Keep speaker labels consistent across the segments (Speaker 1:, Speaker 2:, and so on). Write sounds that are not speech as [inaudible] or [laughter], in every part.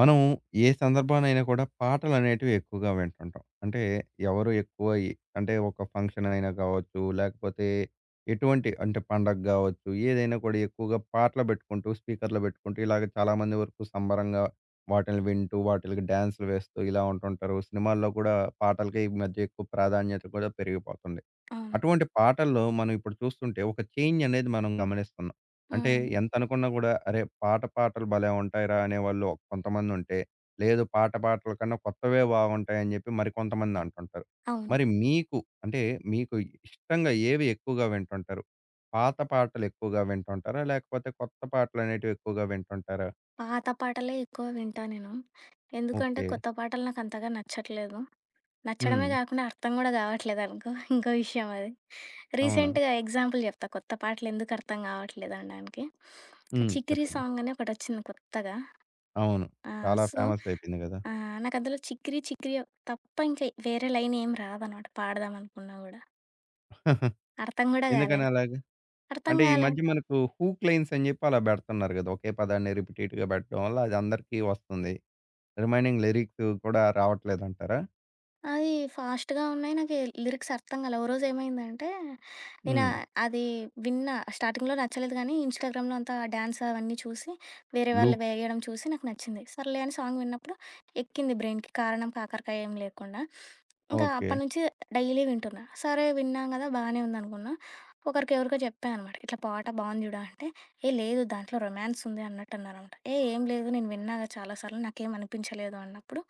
Speaker 1: మనం ఏ సందర్భానైనా కూడా పాటలనేటివి ఎక్కువగా వింటుంటాం. అంటే ఎవరు ఎక్కువ ఎ అంటే ఒక ఫంక్షన్ అయినా కావచ్చు, లేకపోతే ఎటువంటి అంటే పండగ గావచ్చు, ఏదైనా కూడా ఎక్కువగా పాటలు పెట్టుకుంటూ, స్పీకర్‌లో పెట్టుకుంటూ ఇలాగ చాలామంది వరకు సంబరంగా వాటిల్ని వింటూ, వాటిలకి డాన్స్‌లు వేస్తూ ఇలా ఉంటుంటారు. సినిమాల్లో కూడా పాటలకి ఈ మధ్య ఎక్కువ ప్రాధాన్యత కూడా పెరిగిపోతుంది.
Speaker 2: అవును.
Speaker 1: అటువంటి పాటల్లో మనం ఇప్పుడు చూస్తుంటే ఒక చేంజ్ అనేది మనం గమనిస్తున్నాం. అంటే
Speaker 2: హ్మ్.
Speaker 1: ఎంత అనుకున్నా కూడా అరే! పాత పాటలు భలే ఉంటాయిరా! అనేవాళ్ళు కొంతమంది ఉంటే, లేదు పాత పాటల కన్నా కొత్తవే బాగుంటాయని చెప్పి మరికొంతమంది అంటుంటారు.
Speaker 2: అవును.
Speaker 1: మరి మీకు అంటే మీకు ఇష్టంగా ఏవి ఎక్కువగా వింటుంటారు? పాత పాటలు ఎక్కువగా వింటుంటారా? లేకపోతే కొత్త పాటలు అనేటివి ఎక్కువగా వింటుంటారా?
Speaker 2: పాత పాటలే ఎక్కువ వింటా నేను. ఎందుకంటే
Speaker 1: ఓకే.
Speaker 2: కొత్త పాటలు నాకంతగా నచ్చట్లేదు. నచ్చడమే
Speaker 1: హ్మ్.
Speaker 2: గాకుండా అర్థం గూడా గావట్లేదనుకో. [laughs] ఇంకో విషయం అది.
Speaker 1: అవునా?
Speaker 2: రీసెంట్‌గా ఎగ్జాంపుల్ జెప్తా కొత్త పాటలు ఎందుకు అర్థం గావట్లేదనడానికి.
Speaker 1: హ్మ్.
Speaker 2: 'చికిరి'
Speaker 1: చెప్పండి.
Speaker 2: సాంగ్ అని ఒకటొచ్చింది కొత్తగా.
Speaker 1: అవును.
Speaker 2: ఆహ్,
Speaker 1: చాలా
Speaker 2: సో,
Speaker 1: ఫేమస్ అయిపోయింది కదా!
Speaker 2: నాకందులో 'చికిరి చికిరి' తప్ప ఇంక వేరే లైనేం రాదనమాట పాడదామనుకున్నా గూడా.
Speaker 1: [laughs]
Speaker 2: అర్థం గూడా గాలే.
Speaker 1: ఎందుకని అలాగ?
Speaker 2: అర్థం
Speaker 1: అంటే ఈ
Speaker 2: గాలే.
Speaker 1: మధ్య మనకు హూక్ లైన్స్ అని చెప్పి అలా పెడుతున్నారు కదా! ఒకే పదాన్ని రిపిటేట్‌గా పెట్టడం వల్ల అది అందరికీ వస్తుంది. రిమైనింగ్ లిరిక్స్ కూడా రావట్లేదంటారా?
Speaker 2: అది ఫాస్ట్‌గా ఉన్నాయి. నాకు లిరిక్స్ అర్థం కాలే. ఓ రోజు ఏమైందంటే, నేను
Speaker 1: హ్మ్.
Speaker 2: అది విన్నా. స్టార్టింగ్‌లో నచ్చలేదు గానీ, ఇన్‌స్టాగ్రామ్‌లో అంతా డాన్స్ అవన్నీ చూసి, వేరే వాళ్ళు
Speaker 1: లూప్
Speaker 2: వేయడం చూసి నాకు నచ్చింది. సర్లే అని సాంగ్ విన్నప్పుడు ఎక్కింది బ్రెయిన్‌కి. కారణం, కాకరకాయ ఏం లేకుండా. ఇంకా
Speaker 1: ఓకే.
Speaker 2: అప్పటినుంచి డైలీ వింటున్నా. సరే విన్నాం గదా! బానే ఉందనుకున్నా. ఒకరికి ఎవరికో చెప్పా అనమాట. ఇట్లా పాట బావుంది చూడు అంటే, ఏ లేదు దాంట్లో రొమాన్స్ ఉంది అన్నట్టు అన్నారనమాట. ఏం లేదు నేను విన్నాగా చాలా సార్లు నాకేం అనిపించలేదు అన్నప్పుడు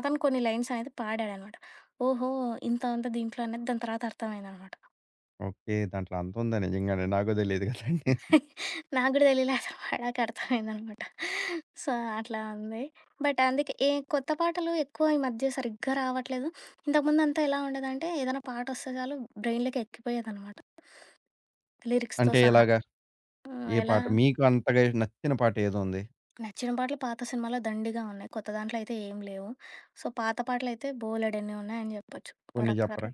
Speaker 2: అతను కొన్ని లైన్స్ అనేది పాడాడనమాట. ఓహో! ఇంత ఉందా దీంట్లో అనేది దాని తర్వాత అర్థమైందనమాట.
Speaker 1: ఓకే. దాంట్లో అంతుందా నిజంగానే? నాకు తెలీదు కదండీ.
Speaker 2: [laughs] నాకు గూడా తెలీలే అతను పాడాక అర్థమైందనమాట. సో, అట్లా ఉంది. బట్ అందుకే ఏ కొత్త పాటలు ఎక్కువ ఈ మధ్య సరిగ్గా రావట్లేదు. ఇంతకుముందంతా ఎలా ఉండేదంటే ఏదైనా పాటొస్తే చాలు బ్రెయిన్‌లోకి ఎక్కిపోయేదనమాట లిరిక్స్‌తో
Speaker 1: అంటే
Speaker 2: సహా.
Speaker 1: ఎలాగా?
Speaker 2: హ్మ్.
Speaker 1: ఏ
Speaker 2: ఎలా
Speaker 1: పాట? మీకు అంతగా నచ్చిన పాట ఏదుంది?
Speaker 2: నచ్చిన పాటలు పాత సినిమాలో దండిగా ఉన్నాయి. కొత్త దాంట్లో అయితే ఏం లేవు. సో, పాత పాటలైతే బోలెడన్ని ఉన్నాయని జెప్పొచ్చు.
Speaker 1: కొన్ని చెప్పరా?
Speaker 2: రకరకాల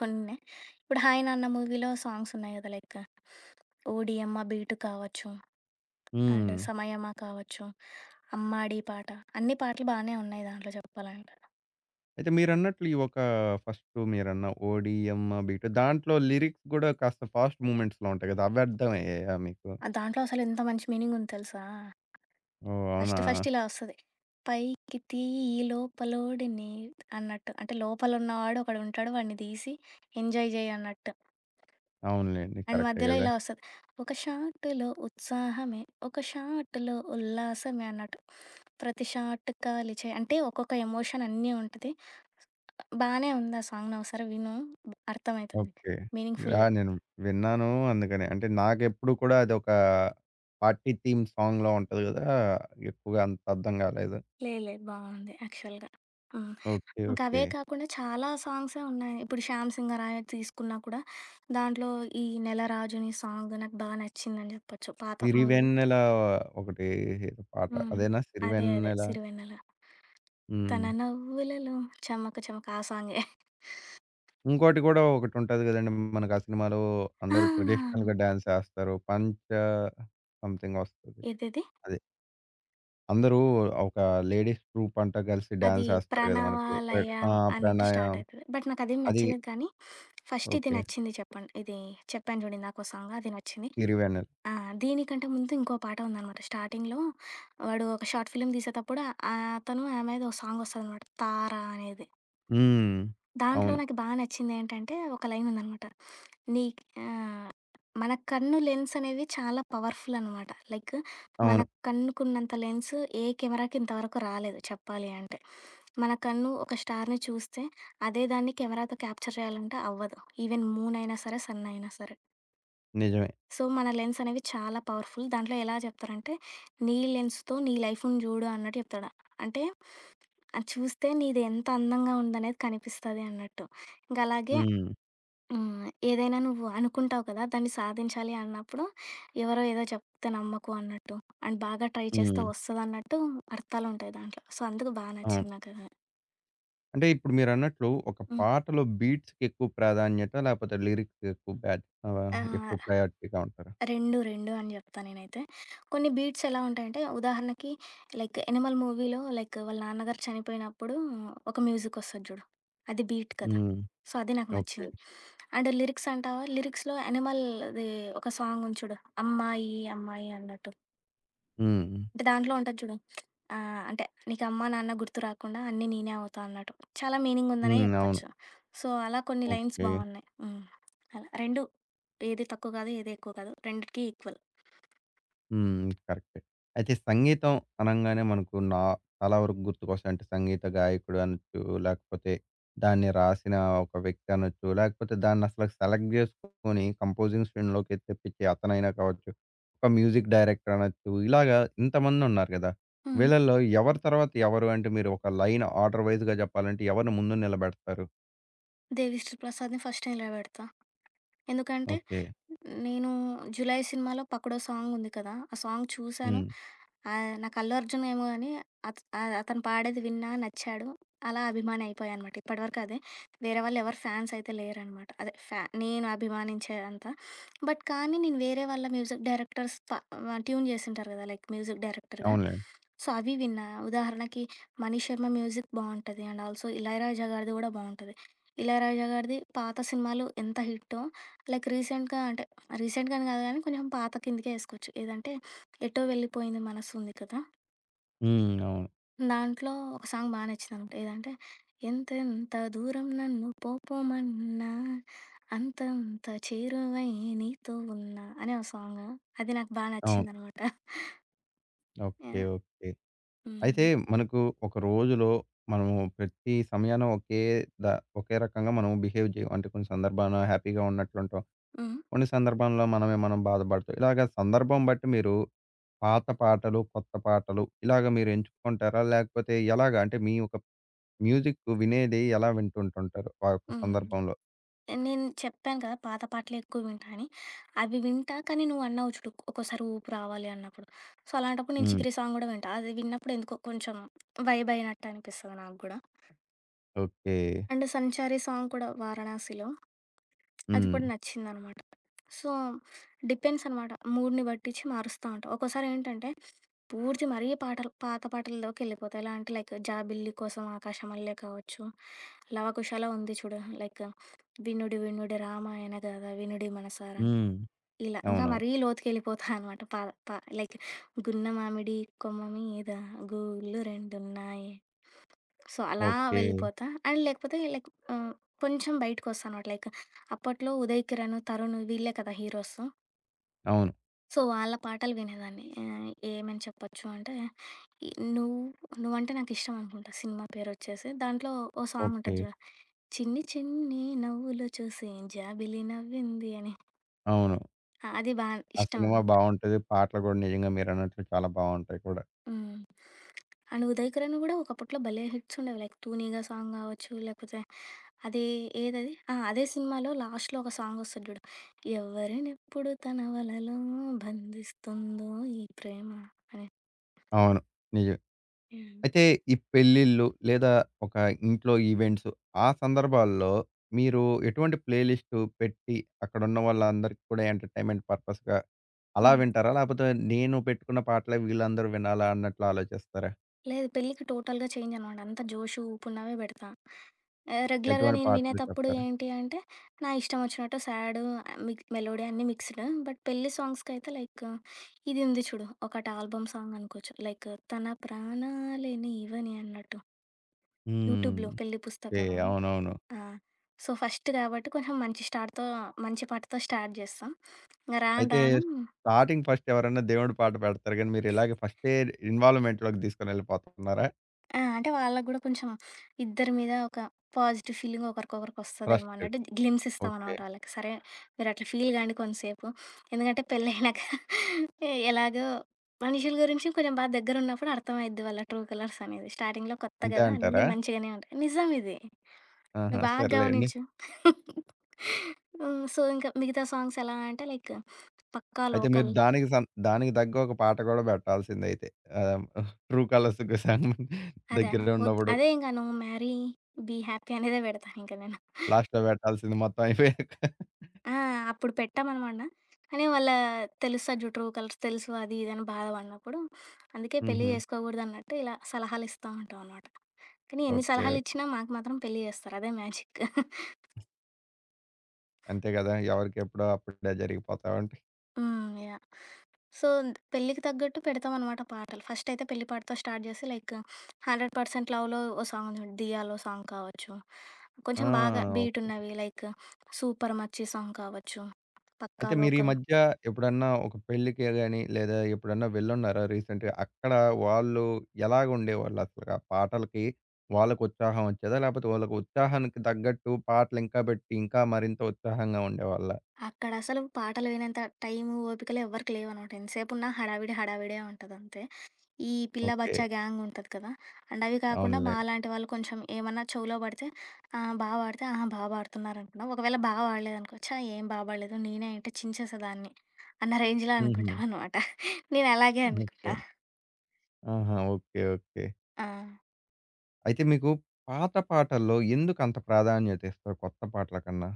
Speaker 2: కొన్నే. ఇప్పుడు 'హాయ్ నాన్న' మూవీలో సాంగ్స్ ఉన్నాయి గదా! లైక్ 'ఓడియమ్మ' బీటు కావచ్చు, అండ్
Speaker 1: హ్మ్.
Speaker 2: 'సమయమా' కావచ్చు, 'అమ్మాడి' పాట అన్ని పాటలు బానే ఉన్నాయి దాంట్లో చెప్పాలంటే.
Speaker 1: అయితే మీరన్నట్లు ఈ ఒక ఫస్ట్ మీరన్న ఓడియమ్మ బీట్ దాంట్లో లిరిక్స్ కూడా కాస్త ఫాస్ట్ మూవ్‌మెంట్స్‌లో ఉంటాయి కదా! అవి అర్థమయ్యాయా మీకు?
Speaker 2: ఆ దాంట్లో అసలు ఎంత మంచి మీనింగ్ ఉంది తెలుసా?
Speaker 1: ఓహ్!
Speaker 2: ఫస్ట్
Speaker 1: అవునా?
Speaker 2: ఫస్ట్ ఇలా వస్తది. పైకి తీయి లోపలోడిని అన్నట్టు. అంటే లోపలున్నవాడు ఒకడుంటాడు వాడిని దీసి ఎంజాయ్ జేయ్ అన్నట్టు.
Speaker 1: అవునులెండి.
Speaker 2: అండ్
Speaker 1: కరెక్టే
Speaker 2: మధ్యలో
Speaker 1: కదా!
Speaker 2: ఇలా వస్తది. ఒక షాటులో ఉత్సాహమే, ఒక షాటులో ఉల్లాసమే అన్నట్టు. ప్రతి షాట్ కాలిచె అంటే ఒక్కొక్క ఎమోషన్ అన్నీ ఉంటది. బానే ఉంది ఆ సాంగ్. నువ్వు ఒకసారి విను అర్థమైతుంది.
Speaker 1: ఓకే. ఆ!
Speaker 2: మీనింగ్‌ఫుల్లే.
Speaker 1: నేను విన్నాను అందుకనే. అంటే నాకెప్పుడు కూడా అదొక పార్టీ థీమ్ సాంగ్‌లా ఉంటది గదా! ఎక్కువగా అంత అర్థం కాలేదు.
Speaker 2: లేదు లేదు బావుంది యాక్చువల్‌గా. హ్మ్.
Speaker 1: ఓకే.
Speaker 2: ఇంకా అవే
Speaker 1: ఓకే.
Speaker 2: కాకుండా చాలా సాంగ్సే ఉన్నాయి. ఇప్పుడు 'శ్యామ్ సింగరాయ' తీసుకున్నా కూడా దాంట్లో ఈ 'నెలరాజుని' సాంగ్ నాకు బా నచ్చిందని జెప్పొచ్చు. పాత మూవీలో.
Speaker 1: 'సిరివెన్నెల' ఒకటి ఏదో పాట
Speaker 2: హ్మ్.
Speaker 1: అదేనా
Speaker 2: అదే అదే.
Speaker 1: 'సిరివెన్నెల'?
Speaker 2: 'సిరివెన్నెల'. తన
Speaker 1: హ్మ్.
Speaker 2: నవ్వులలో చమక చమక ఆ సాంగే.
Speaker 1: ఇంకోటి కూడా ఒకటుంటది గదండీ! మనకు ఆ సినిమాలో అందరూ
Speaker 2: ఆ!
Speaker 1: ట్రెడిషనల్‌గా డాన్స్ ఏస్తారు. 'పంచ' సంథింగ్ వస్తది.
Speaker 2: ఏదది?
Speaker 1: అదే అందరూ ఒక లేడీస్ ట్రూప్ అంతా కలిసి
Speaker 2: అది
Speaker 1: డాన్స్ ఏస్తారు గదా! మనకు.
Speaker 2: 'ప్రణవాలయ'
Speaker 1: ఆ!
Speaker 2: అన్నట్టు స్టార్ట్
Speaker 1: 'ప్రణయం'
Speaker 2: అయితది. బట్ నాకదేం
Speaker 1: అది
Speaker 2: నచ్చలేదు కానీ, ఫస్ట్ ఇది
Speaker 1: ఓకే.
Speaker 2: నచ్చింది చెప్పండి. ఇది చెప్పాను చూడు ఇందాక ఓ సాంగ్ అది నచ్చింది.
Speaker 1: 'సిరివెన్నెల'.
Speaker 2: ఆ! దీనికంటే ముందు ఇంకో పాట ఉందనమాట. స్టార్టింగ్‌లో వాడు ఒక షార్ట్ ఫిల్మ్ తీసేటప్పుడు అతను, ఆమెది ఒక సాంగొస్తదనమాట 'తార' అనేది.
Speaker 1: హ్మ్.
Speaker 2: దాంట్లో
Speaker 1: అవును.
Speaker 2: నాకు బా నచ్చిందేంటంటే, ఒక లైనుందనమాట. నీ ఆహ్, మన కన్ను లెన్స్ అనేవి చాలా పవర్‌ఫులనమాట. లైక్ మన
Speaker 1: అవును.
Speaker 2: కన్నుకున్నంత లెన్స్ ఏ కెమెరాకి ఇంతవరకు రాలేదు చెప్పాలి అంటే. మన కన్ను ఒక స్టార్‌ని చూస్తే, అదే దాన్ని కెమెరాతో క్యాప్చర్ చేయాలంటే అవ్వదు. ఈవెన్ మూనయినా సరే, సన్నయినా సరే.
Speaker 1: నిజమే.
Speaker 2: సో, మన లెన్స్ అనేవి చాలా పవర్‌ఫుల్. దాంట్లో ఎలా చెప్తారంటే, "నీ లెన్స్‌తో నీ లైఫ్‌ని జూడు" అన్నట్టు చెప్తాడు. అంటే, అది చూస్తే నీది ఎంత అందంగా ఉందనేది కనిపిస్తది అన్నట్టు. ఇంక అలాగే
Speaker 1: హ్మ్.
Speaker 2: హ్మ్, ఏదైనా నువ్వు అనుకుంటావు కదా! దాన్ని సాధించాలి అన్నప్పుడు, ఎవరో ఏదో చెప్తే నమ్మకు అన్నట్టు. అండ్ బాగా ట్రై చేస్తే
Speaker 1: హ్మ్.
Speaker 2: వస్తదన్నట్టు అర్థాలుంటాయి దాంట్లో. సో, అందుకు బా
Speaker 1: అవును.
Speaker 2: నచ్చింది నాకది.
Speaker 1: అంటే ఇప్పుడు మీరన్నట్లు ఒక
Speaker 2: హ్మ్.
Speaker 1: పాటలో బీట్స్‌కి ఎక్కువ ప్రాధాన్యత లేకపోతే లిరిక్స్‌కి ఎక్కువ
Speaker 2: ఆ!
Speaker 1: ఎక్కువ ప్రయారిటీగా ఉంటారా?
Speaker 2: రెండు, 2 అని జెప్తా నేనైతే. కొన్ని బీట్స్ ఎలా ఉంటాయంటే, ఉదాహరణకి లైక్ 'ఎనిమల్' మూవీలో లైక్ వాళ్ళ నాన్నగారు చనిపోయినప్పుడు ఒక మ్యూజికొస్తది జూడు. అది బీట్ కదా!
Speaker 1: హ్మ్.
Speaker 2: సో, అది నాకు
Speaker 1: ఓకే.
Speaker 2: నచ్చింది. అండ్ లిరిక్స్ అంటావా, లిరిక్స్‌లో 'ఎనిమల్'ది ఒక సాంగ్ ఉంది చూడు. 'అమ్మాయి అమ్మాయి' అన్నట్టు.
Speaker 1: హ్మ్.
Speaker 2: అంటే దాంట్లో ఉంటది జూడు. అంటే నీకు అమ్మా, నాన్న గుర్తు రాకుండా అన్నీ నేనే అవుతా అన్నట్టు. చాలా మీనింగ్ ఉందనే
Speaker 1: హ్మ్. అవును.
Speaker 2: జెప్పొచ్చు. సో, అలా కొన్ని లైన్స్
Speaker 1: ఓకే.
Speaker 2: బావున్నాయి. హ్మ్. అలా 2 ఏది తక్కువ కాదు, ఏది ఎక్కువ కాదు. రెండిటికి ఈక్వల్.
Speaker 1: హ్మ్. కరెక్టే. అయితే సంగీతం అనంగానే మనకు చాలా వరకు గుర్తుకొస్తాయి. అంటే సంగీత గాయకుడు అనొచ్చు, లేకపోతే దాన్ని రాసిన ఒక వ్యక్తి అనొచ్చు, లేకపోతే దాన్నసల సెలెక్ట్ జేసుకొని కంపోజింగ్ స్ట్రీమ్‌లోకి తెప్పించి అతనైనా కావచ్చు, ఒక మ్యూజిక్ డైరెక్టర్ అనొచ్చు. ఇలాగా ఇంతమందున్నారు గదా!
Speaker 2: హ్మ్.
Speaker 1: వీళ్ళల్లో ఎవరి తర్వాత ఎవరు అంటే మీరు ఒక లైన్ ఆర్డర్ వైస్‌గా జెప్పాలంటే ఎవరిని ముందు నిలబెడతారు?
Speaker 2: దేవిశ్రీ ప్రసాద్‌ని ఫస్ట్ నిలబెడతా. ఎందుకంటే
Speaker 1: ఓకే.
Speaker 2: నేను 'జులై' సినిమాలో 'పక్కడో' సాంగ్ ఉంది కదా! ఆ సాంగ్ చూసాను.
Speaker 1: హ్మ్.
Speaker 2: ఆహ్, నాకు 'అల్లు అర్జున్' ఏమో గాని అతను పాడేది విన్నా, నచ్చాడు. అలా అభిమాని అయిపోయా అనమాట. ఇప్పటివరకు అదే. వేరే వాళ్ళు ఎవరు ఫ్యాన్స్ అయితే లేరనమాట. అదే నేను అభిమానించేంత. బట్ కానీ నేను వేరే వాళ్ళ మ్యూజిక్ డైరెక్టర్స్ ట్యూన్ చేసుంటారు కదా! లైక్ మ్యూజిక్ డైరెక్టర్‌గా.
Speaker 1: అవునులే.
Speaker 2: సో, అవి విన్నా. ఉదాహరణకి 'మణి శర్మ' మ్యూజిక్ బావుంటది. అండ్ ఆల్సో 'ఇళయరాజా' గారిది గూడా బావుంటది. 'ఇళయరాజా' గారిది పాత సినిమాలు ఎంత హిట్టో లైక్ రీసెంట్‌గా అంటే, రీసెంట్‌గా అని కాదు కానీ కొంచెం పాత కిందకే ఏసుకోవచ్చు. ఏదంటే, 'ఎటో వెళ్ళిపోయింది మనసు' ఉంది కదా!
Speaker 1: హ్మ్. అవును.
Speaker 2: దాంట్లో ఒక సాంగ్ బా నచ్చిందనమాట. ఏదంటే, ఎంతెంత దూరం నన్ను పోపొమన్నా, అంతంత చేరువై నీతో ఉన్నా అనే ఓ సాంగ్. అది నాకు బా
Speaker 1: అవును.
Speaker 2: నచ్చిందనమాట.
Speaker 1: ఓకే.
Speaker 2: యాహ్!
Speaker 1: ఓకే. అయితే
Speaker 2: హ్మ్.
Speaker 1: మనకు ఒక రోజులో మనము ప్రతి సమయాన ద ఒకే రకంగా మనం బిహేవ్ చేయం. అంటే కొన్ని సందర్భాన హ్యాపీగా ఉన్నట్లుంటాం.
Speaker 2: హ్మ్.
Speaker 1: కొన్ని సందర్భంలో మనమే మనం బాధపడతాం. ఇలాగ సందర్భం బట్టి మీరు పాత పాటలు, కొత్త పాటలు ఇలాగ మీరు ఎంచుకుంటారా? లేకపోతే ఎలాగ? అంటే మీ ఒక మ్యూజిక్ వినేది ఎలా వింటుంటుంటారు ఆ యొక్క
Speaker 2: హ్మ్.
Speaker 1: సందర్భంలో?
Speaker 2: నేను చెప్పాను కదా! పాత పాటలే ఎక్కువ వింటా అని. అవి వింటా కానీ నువ్వన్నావు చూడు ఒక్కోసారి ఊపు రావాలి అన్నప్పుడు. సో, అలాంటప్పుడు నేను
Speaker 1: హ్మ్.
Speaker 2: 'చికిరి' సాంగ్ గూడా వింటా. అది విన్నప్పుడు ఎందుకో కొంచెం వైబ్ అయినట్టు అనిపిస్తది నాకు గూడా.
Speaker 1: ఓకే.
Speaker 2: అండ్ 'సంచారి' సాంగ్ కూడా 'వారణాసిలో.' అది
Speaker 1: హ్మ్.
Speaker 2: కూడా నచ్చిందనమాట. సో, డిపెండ్స్ అనమాట. మూడ్‌ని బట్టిచ్చి మారుస్తా ఉంటా. ఒక్కోసారేంటంటే, పూర్తి మరీ పాటలు పాత పాటల్లోకెళ్ళిపోతా. ఎలా అంటే, లైక్ 'జాబిల్లి కోసం ఆకాశమల్లె' కావచ్చు, 'లవకుశలో' ఉంది చూడు, లైక్ 'వినుడి వినుడి రామాయణ గాథ వినుడి మనసారా'
Speaker 1: హ్మ్.
Speaker 2: ఇలా. ఇంకా
Speaker 1: అవును.
Speaker 2: మరీ లోతుకెళ్ళిపోతా అనమాట. పా పా లైక్ 'గున్న మామిడి కొమ్మ మీద గూళ్ళు రెండున్నాయి.' సో, అలా
Speaker 1: ఓకే.
Speaker 2: వెళ్ళిపోతా. అండ్ లేకపోతే లైక్ ఆహ్, కొంచెం బయటకొస్తానమాట. లైక్ అప్పట్లో 'ఉదయ్ కిరణ్', 'తరుణ్' వీళ్ళే కదా హీరోస్.
Speaker 1: అవును.
Speaker 2: సో, వాళ్ళ పాటలు వినేదాన్ని. ఏమని చెప్పొచ్చు అంటే, ఈ 'నువ్వు నువ్వంటే నాకిష్టం' అనుకుంటా సినిమా పేరొచ్చేసి. దాంట్లో ఓ సాంగ్
Speaker 1: ఓకే.
Speaker 2: ఉంటది చూడు. 'చిన్ని చిన్ని నవ్వులు చూసి జాబిలి నవ్వింది' అని.
Speaker 1: అవును.
Speaker 2: ఆ, అది బా
Speaker 1: ఆ
Speaker 2: ఇష్టం.
Speaker 1: సినిమా బావుంటది. పాటలు కూడా నిజంగా మీరన్నట్లు చాలా బావుంటాయి కూడా.
Speaker 2: హ్మ్. అండ్ 'ఉదయ్ కిరణ్' గూడా ఒకప్పట్లో భలే హిట్స్ ఉండేవి. లైక్ 'తూనీగా' సాంగ్ గావచ్చు, లేకపోతే అది ఏదది? ఆ! అదే సినిమాలో లాస్ట్‌లో ఒక సాంగ్ ఒస్తది జూడు. ఎవరినెప్పుడు తన వలలో బంధిస్తుందో ఈ ప్రేమ అని.
Speaker 1: అవును. నిజమే.
Speaker 2: హ్మ్.
Speaker 1: అయితే ఈ పెళ్ళిళ్ళు లేదా ఒక ఇంట్లో ఈవెంట్స్ ఆ సందర్భాల్లో మీరు ఎటువంటి ప్లే లిస్ట్ పెట్టి అక్కడున్న వాళ్ళందరికి కూడా ఎంటర్‌టైన్‌మెంట్ పర్పస్‌గా అలా
Speaker 2: హ్మ్.
Speaker 1: వింటారా? లేకపోతే నేను పెట్టుకున్న పాటలే వీళ్ళందరూ వినాలా అన్నట్లు ఆలోచిస్తారా?
Speaker 2: లేదు. పెళ్ళికి టోటల్‌గా చేంజ్ అనమాట. అంతా జోషు, ఊపున్నవే బెడతా. రెగ్యులర్‌గా
Speaker 1: ఎటువంటి
Speaker 2: నేను
Speaker 1: పాటలు
Speaker 2: వినేతప్పుడు
Speaker 1: చెప్తారా?
Speaker 2: ఏంటి అంటే, నా ఇష్టం వచ్చినట్టు సాడు, మిక్ మెలోడీ అన్నీ మిక్స్‌డ్. బట్ పెళ్లి సాంగ్స్‌కైతే లైక్ ఇది ఉంది చూడు. ఒకటి ఆల్బమ్ సాంగ్ అనుకోవచ్చు. లైక్ 'తన ప్రాణాలే నీవని' అన్నట్టు.
Speaker 1: హ్మ్.
Speaker 2: యూట్యూబ్‌లో పెళ్లి
Speaker 1: ఓకే.
Speaker 2: పుస్తకం అని.
Speaker 1: అవునవును.
Speaker 2: ఆ! సో, ఫస్ట్ కాబట్టి కొంచెం మంచి స్టార్ట్‌తో మంచి పాటతో స్టార్ట్ జేస్తాం. ఇంగ రాను
Speaker 1: అయితే
Speaker 2: రాను
Speaker 1: స్టార్టింగ్ ఫస్ట్ ఎవరైనా దేవుడి పాట పెడతారు గానీ మీరు ఇలాగే ఫస్టే ఇన్వాల్వ్‌మెంట్‌లోకి తీసుకొని ఎళ్ళిపోతున్నారా?
Speaker 2: ఆ! అంటే వాళ్ళకి గూడా కొంచెం ఇద్దరి మీద ఒక పాజిటివ్ ఫీలింగ్ ఒకరికొకరికొస్తదేమో
Speaker 1: ట్రస్ట్.
Speaker 2: అన్నట్టు గ్లిమ్స్
Speaker 1: ఓకే.
Speaker 2: ఇస్తామనమాట వాళ్ళకి. సరే మీరట్లా ఫీల్ గాండి కొంసేపు. ఎందుకంటే పెళ్లయినాక ఎలాగో మనుషుల గురించి కొంచెం బాగా దగ్గరున్నప్పుడు అర్థమైద్ది వాళ్ళ ట్రూ కలర్స్ అనేది. స్టార్టింగ్‌లో కొత్త
Speaker 1: అంతే
Speaker 2: గదా! అన్నీ
Speaker 1: అంటారా?
Speaker 2: మంచిగానే ఉంటాయి. నిజం ఇది. నువ్వు
Speaker 1: ఆహా!
Speaker 2: బాగా
Speaker 1: సర్లేండి.
Speaker 2: గమనించు. హ్మ్. సో, ఇంకా మిగతా సాంగ్స్ ఎలా అంటే లైక్ 'పక్కా
Speaker 1: అయితే మీరు
Speaker 2: లోకల్'
Speaker 1: దానికి దానికి తగ్గ ఒక పాట గూడా బెట్టాల్సిందయితే. ఆహ్, ట్రూ కలర్స్‌కి సాంగ్
Speaker 2: అదా?
Speaker 1: దగ్గర ఉన్నప్పుడు
Speaker 2: అదే ఇంక 'నువ్వు మ్యారీ బీ హ్యాపీ' అనేదే పెడతాను ఇంక నేను.
Speaker 1: లాస్ట్‌లో బెట్టాల్సింది మొత్తం అయిపోయాక.
Speaker 2: ఆ! అప్పుడు పెట్టామనమాట. కానీ వాళ్ళ తెలుస్తది జూడు ట్రూ కలర్స్ తెలుసు అది ఇది అని బాధపడినప్పుడు, అందుకే పెళ్లి
Speaker 1: హుహు.
Speaker 2: చేసుకోకూడదన్నట్టు ఇలా సలహాలిస్తా ఉంటామనమాట. కానీ
Speaker 1: ఓకే.
Speaker 2: ఎన్ని
Speaker 1: ఓకే.
Speaker 2: సలహాలిచ్చినా మాకు మాత్రం పెళ్లి చేస్తారు. అదే మ్యాజిక్.
Speaker 1: అంతే గదా! ఎవరికెప్పుడో అప్పుడే జరిగిపోతా ఉంటాయి.
Speaker 2: హ్మ్. యాహ్! సో, పెళ్ళికి తగ్గట్టు పెడతామనమాట పాటలు. ఫస్టయితే పెళ్లి పాటతో స్టార్ట్ చేసి లైక్ 100% లవ్‌లో ఓ సాంగ్ చూడు 'దియాలో' సాంగ్ కావచ్చు.
Speaker 1: ఆ!
Speaker 2: కొంచెం బాగా
Speaker 1: ఓకే.
Speaker 2: బీటున్నవి లైక్ 'సూపర్ మచ్చి' సాంగ్ కావచ్చు, 'పక్కా
Speaker 1: అయితే మీరు ఈ
Speaker 2: లోకల్'
Speaker 1: మధ్య ఎప్పుడన్నా ఒక పెళ్ళికే గాని, లేదా ఎప్పుడన్నా వెళ్ళున్నారా రీసెంట్‌గా? అక్కడ వాళ్ళు ఎలాగుండేవాళ్ళసలు? ఆ పాటలకి వాళ్ళకి ఉత్సాహం వచ్చేదా? లేపోతే వాళ్ళకి ఉత్సాహానికి తగ్గట్టు పాటలు ఇంకా బెట్టి, ఇంకా మరింత ఉత్సాహంగా ఉండేవాళ్ళా?
Speaker 2: అక్కడసలు పాటలు వినేంత టైము, ఓపికలు ఎవ్వరికి లేవనమాట. ఎంతసేపున్నా హడావిడి హడావిడే ఉంటదంతే. ఈ పిల్ల
Speaker 1: ఓకే.
Speaker 2: బచ్చా గ్యాంగ్ ఉంటది కదా! అండ్ అవి కాకుండా
Speaker 1: అవునులే.
Speaker 2: మాలాంటి వాళ్ళు కొంచెం ఏమన్నా చెవులో పడితే బా పాడితే, ఆహా! బా పాడుతున్నారనుకున్నాం. ఒకవేళ బా పాడలేదనుకో, ఛా! ఏం బా పాడలేదు నేనే అంటే చించేసేదాన్ని అన్న రేంజ్‌లో
Speaker 1: హుహు.
Speaker 2: అనుకుంటామనమాట. నేనలాగే
Speaker 1: ఓకే.
Speaker 2: అనుకుంటా.
Speaker 1: ఆహా! ఓకే. ఓకే.
Speaker 2: ఆ!
Speaker 1: అయితే మీకు పాత పాటల్లో ఎందుకు అంత ప్రాధాన్యత ఇస్తారు కొత్త పాటల కన్నా?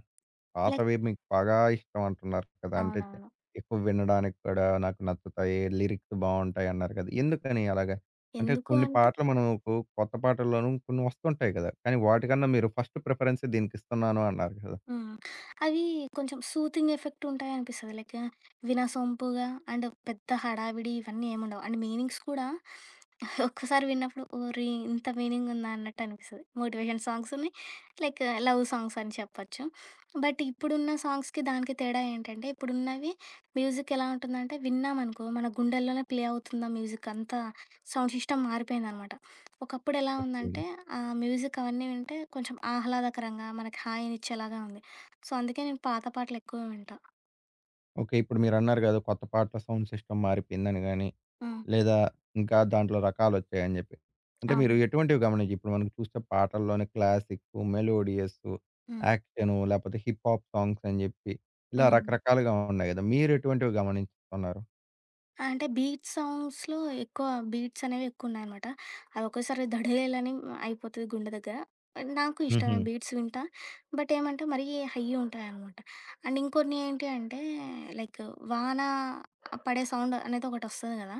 Speaker 2: లైక్
Speaker 1: పాతవి మీకు బాగా ఇష్టం అంటున్నారు కదా! అంటే
Speaker 2: అవునవును.
Speaker 1: ఎక్కువ వినడానికి కూడా నాకు నచ్చుతాయి. లిరిక్స్ బావుంటాయి అన్నారు కదా! ఎందుకని అలాగా? అంటే
Speaker 2: ఎందుకు
Speaker 1: కొన్ని
Speaker 2: అంటే
Speaker 1: పాటలు మనకు కొత్త పాటల్లోనూ కొన్ని వస్తుంటాయి కదా! కానీ వాటికన్నా మీరు ఫస్ట్ ప్రిఫరెన్సే దీనికిస్తున్నాను అన్నారు కదా!
Speaker 2: హ్మ్. అవి కొంచెం సూతింగ్ ఎఫెక్ట్ ఉంటాయనిపిస్తది. లైక్ వినసొంపుగా అండ్ పెద్ద హడావిడి ఇవన్నీ ఏముండవు. అండ్ మీనింగ్స్ కూడా [laughs] ఒక్కసారి విన్నప్పుడు ఓరి! ఇంత మీనింగ్ ఉందా అన్నట్టు అనిపిస్తది. మోటివేషన్ సాంగ్స్ ఉన్నాయి. లైక్ లవ్ సాంగ్స్ అని చెప్పొచ్చు. బట్ ఇప్పుడున్న సాంగ్స్‌కి దానికి తేడా ఏంటంటే ఇప్పుడున్నవి మ్యూజిక్ ఎలా ఉంటుందంటే విన్నామనుకో మన గుండెల్లోనే ప్లే అవుతుంది ఆ మ్యూజిక్ అంతా సౌండ్ సిస్టమ్ మారిపోయిందనమాట. ఒకప్పుడు ఎలా
Speaker 1: ఓకే.
Speaker 2: ఉందంటే, ఆ మ్యూజిక్ అవన్నీ వింటే కొంచెం ఆహ్లాదకరంగా, మనకి హాయినిచ్చేలాగా ఉంది. సో, అందుకే నేను పాత పాటలెక్కువ వింటా.
Speaker 1: ఓకే. ఇప్పుడు మీరన్నారు కదా! కొత్త పాటల సౌండ్ సిస్టమ్ మారిపోయిందని గాని
Speaker 2: హ్మ్.
Speaker 1: లేదా ఇంకా దాంట్లో రకాలొచ్చాయని జెప్పి. అంటే మీరు
Speaker 2: అవును.
Speaker 1: ఎటువంటివి గమనించి ఇప్పుడు మనకు చూస్తే పాటల్లోనే క్లాసిక్కు, మెలోడియస్సు,
Speaker 2: హ్మ్.
Speaker 1: యాక్షను లేపోతే హిప్ హాప్ సాంగ్స్ అని జెప్పి ఇలా
Speaker 2: హ్మ్.
Speaker 1: రకరకాలుగా ఉన్నాయి గదా! మీరెటువంటివి గమనిస్తున్నారు?
Speaker 2: ఆ! అంటే బీట్ సాంగ్స్‌లో ఎక్కువ బీట్స్ అనేవి ఎక్కువున్నాయనమాట. అవి ఒకేసారి దడేలని అయిపోతది గుండె దగ్గర. నాకు ఇష్టమే
Speaker 1: హుహు.
Speaker 2: బీట్స్ వింటా. బట్ ఏమంటే మరీ హై ఉంటాయనమాట. అండ్ ఇంకొన్ని ఏంటి అంటే లైక్ వాన పడే సౌండ్ అనేది ఒకటొస్తది గదా!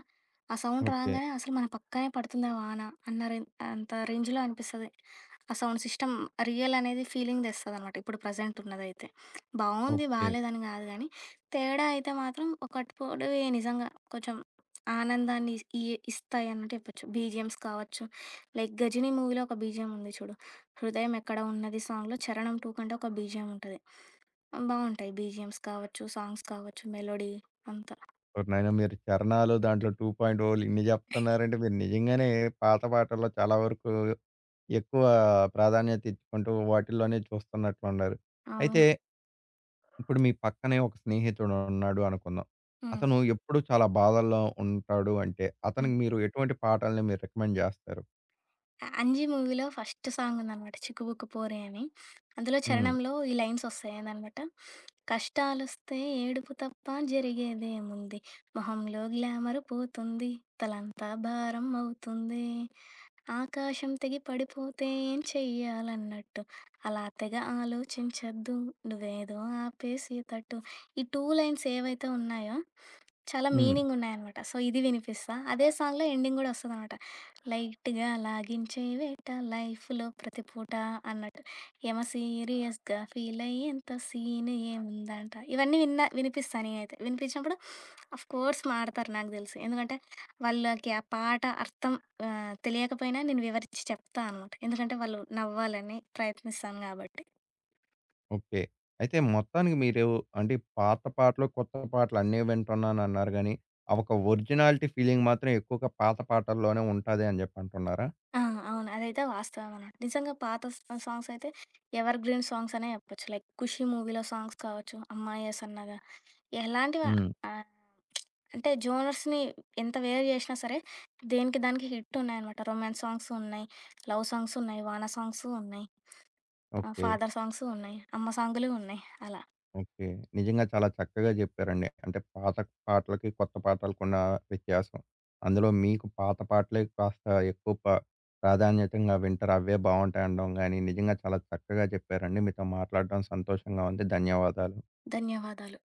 Speaker 2: ఆ సౌండ్
Speaker 1: ఓకే.
Speaker 2: రాంగానే అసలు మన పక్కనే పడుతుందా వాన అన్న రేం అంత రేంజ్‌లో అనిపిస్తది. ఆ సౌండ్ సిస్టమ్ రియల్ అనేది ఫీలింగ్ తెస్తదనమాట. ఇప్పుడు ప్రెజెంట్ ఉన్నదైతే. బావుంది
Speaker 1: ఓకే.
Speaker 2: బాలేదని గాదు గానీ, తేడా అయితే మాత్రం ఒకప్పుడు నిజంగా కొంచెం ఆనందాన్ని ఇస్తాయన్నట్టు చెప్పొచ్చు. బీజీఎమ్స్ కావచ్చు, లైక్ 'గజినీ' మూవీలో ఒక బీజీఎం ఉంది చూడు. 'హృదయం ఎక్కడ ఉన్నది' సాంగ్‌లో 'చరణం 2' కంటే ఒక బీజీఎం ఉంటది. బావుంటాయి బీజీఎమ్స్ కావచ్చు, సాంగ్స్ కావచ్చు, మెలోడీ అంతా.
Speaker 1: ఓరి నాయన మీరు చరణాలు దాంట్లో 2.0లు ఇన్ని జెప్తున్నారంటే మీరు నిజంగానే పాత పాటల్లో చాలా వరకు ఎక్కువ ప్రాధాన్యత ఇచ్చుకుంటూ వాటిల్లోనే చూస్తున్నట్లున్నారు. అయితే
Speaker 2: అవును.
Speaker 1: ఇప్పుడు మీ పక్కనే ఒక స్నేహితుడున్నాడు అనుకుందాం.
Speaker 2: హ్మ్.
Speaker 1: అతను ఎప్పుడూ చాలా బాధల్లో ఉంటాడు అంటే,
Speaker 2: హ్మ్.
Speaker 1: అతనికి మీరు ఎటువంటి పాటల్ని మీరు రికమెండ్ జేస్తారు?
Speaker 2: అ 'అంజి' మూవీలో ఫస్ట్ సాంగ్ ఉందనమాట 'చిక్కుబుక్కు పోరే' అని. అందులో
Speaker 1: హ్మ్.
Speaker 2: చరణంలో ఈ లైన్స్ వస్తాయి ఏందనమాట, "కష్టాలొస్తే ఏడుపు తప్ప జరిగేదేముంది, మొహంలో గ్లామర్ పోతుంది, తలంతా భారం అవుతుంది, ఆకాశం తెగి పడిపోతే ఏం చెయ్యాలన్నట్టు, అలా తెగ ఆలోచించద్దు, నువ్వేదో ఆపేసి తట్టు." ఈ 2 లైన్స్ ఏవైతే ఉన్నాయో, చాలా
Speaker 1: హ్మ్.
Speaker 2: మీనింగ్ ఉన్నాయనమాట. సో, ఇది వినిపిస్తా. అదే సాంగ్‌లో ఎండింగ్ గూడా వస్తదనమాట. లైట్‌గా లాగించే వేట లైఫ్‌లో ప్రతి పూట అన్నట్టు. యమ సీరియస్‌గా ఫీలయ్యేంత సీన్ ఏముందంట. ఇవన్నీ విన్నా వినిపిస్తా నేనైతే. వినిపించినప్పుడు ఆఫ్‌కోర్స్ మాడతారు నాకు తెలిసి. ఎందుకంటే వాళ్ళకి ఆ పాట అర్థం తెలియకపోయినా నేను వివరించి చెప్తా అనమాట. ఎందుకంటే వాళ్ళు నవ్వాలని ప్రయత్నిస్తాను గాబట్టి.
Speaker 1: ఓకే. అయితే మొత్తానికి మీరు అంటే పాత పాటలు, కొత్త పాటలు అన్నీ వింటున్నానన్నారు గానీ, ఆ ఒక ఒరిజినాలిటీ ఫీలింగ్ మాత్రం ఎక్కువగా పాత పాటల్లోనే ఉంటది అని జెప్పి అంటున్నారా?
Speaker 2: ఆ! అవును. అదైతే వాస్తవం అనమాట. నిజంగా పాత సాంగ్స్ అయితే ఎవర్ గ్రీన్ సాంగ్స్ అనే చెప్పొచ్చు. లైక్ 'ఖుషి' మూవీలో సాంగ్స్ కావచ్చు. 'అమ్మాయేసన్న'గా ఎలాంటివి
Speaker 1: హ్మ్.
Speaker 2: ఆహ్, అంటే జోనర్స్‌ని ఎంత వేరు జేసినా సరే, దేనికి దానికి హిట్ ఉన్నాయనమాట. రొమాన్స్ సాంగ్స్ ఉన్నాయి, లవ్ సాంగ్స్ ఉన్నాయి, వాన సాంగ్స్ ఉన్నాయి,
Speaker 1: ఓకే.
Speaker 2: ఫాదర్ సాంగ్స్ ఉన్నాయి, అమ్మ సాంగులు ఉన్నాయి. అలా.
Speaker 1: ఓకే. నిజంగా చాలా చక్కగా జెప్పారండి. అంటే పాత పాటలకి, కొత్త పాటలకున్న వ్యత్యాసం. అందులో మీకు పాత పాటలే కాస్త ఎక్కువ ప్రాధాన్యతంగా వింటారు. అవే బావుంటాయనడం గాని, నిజంగా చాలా చక్కగా జెప్పారండి. మీతో మాట్లాడడం సంతోషంగా ఉంది. ధన్యవాదాలు.
Speaker 2: ధన్యవాదాలు.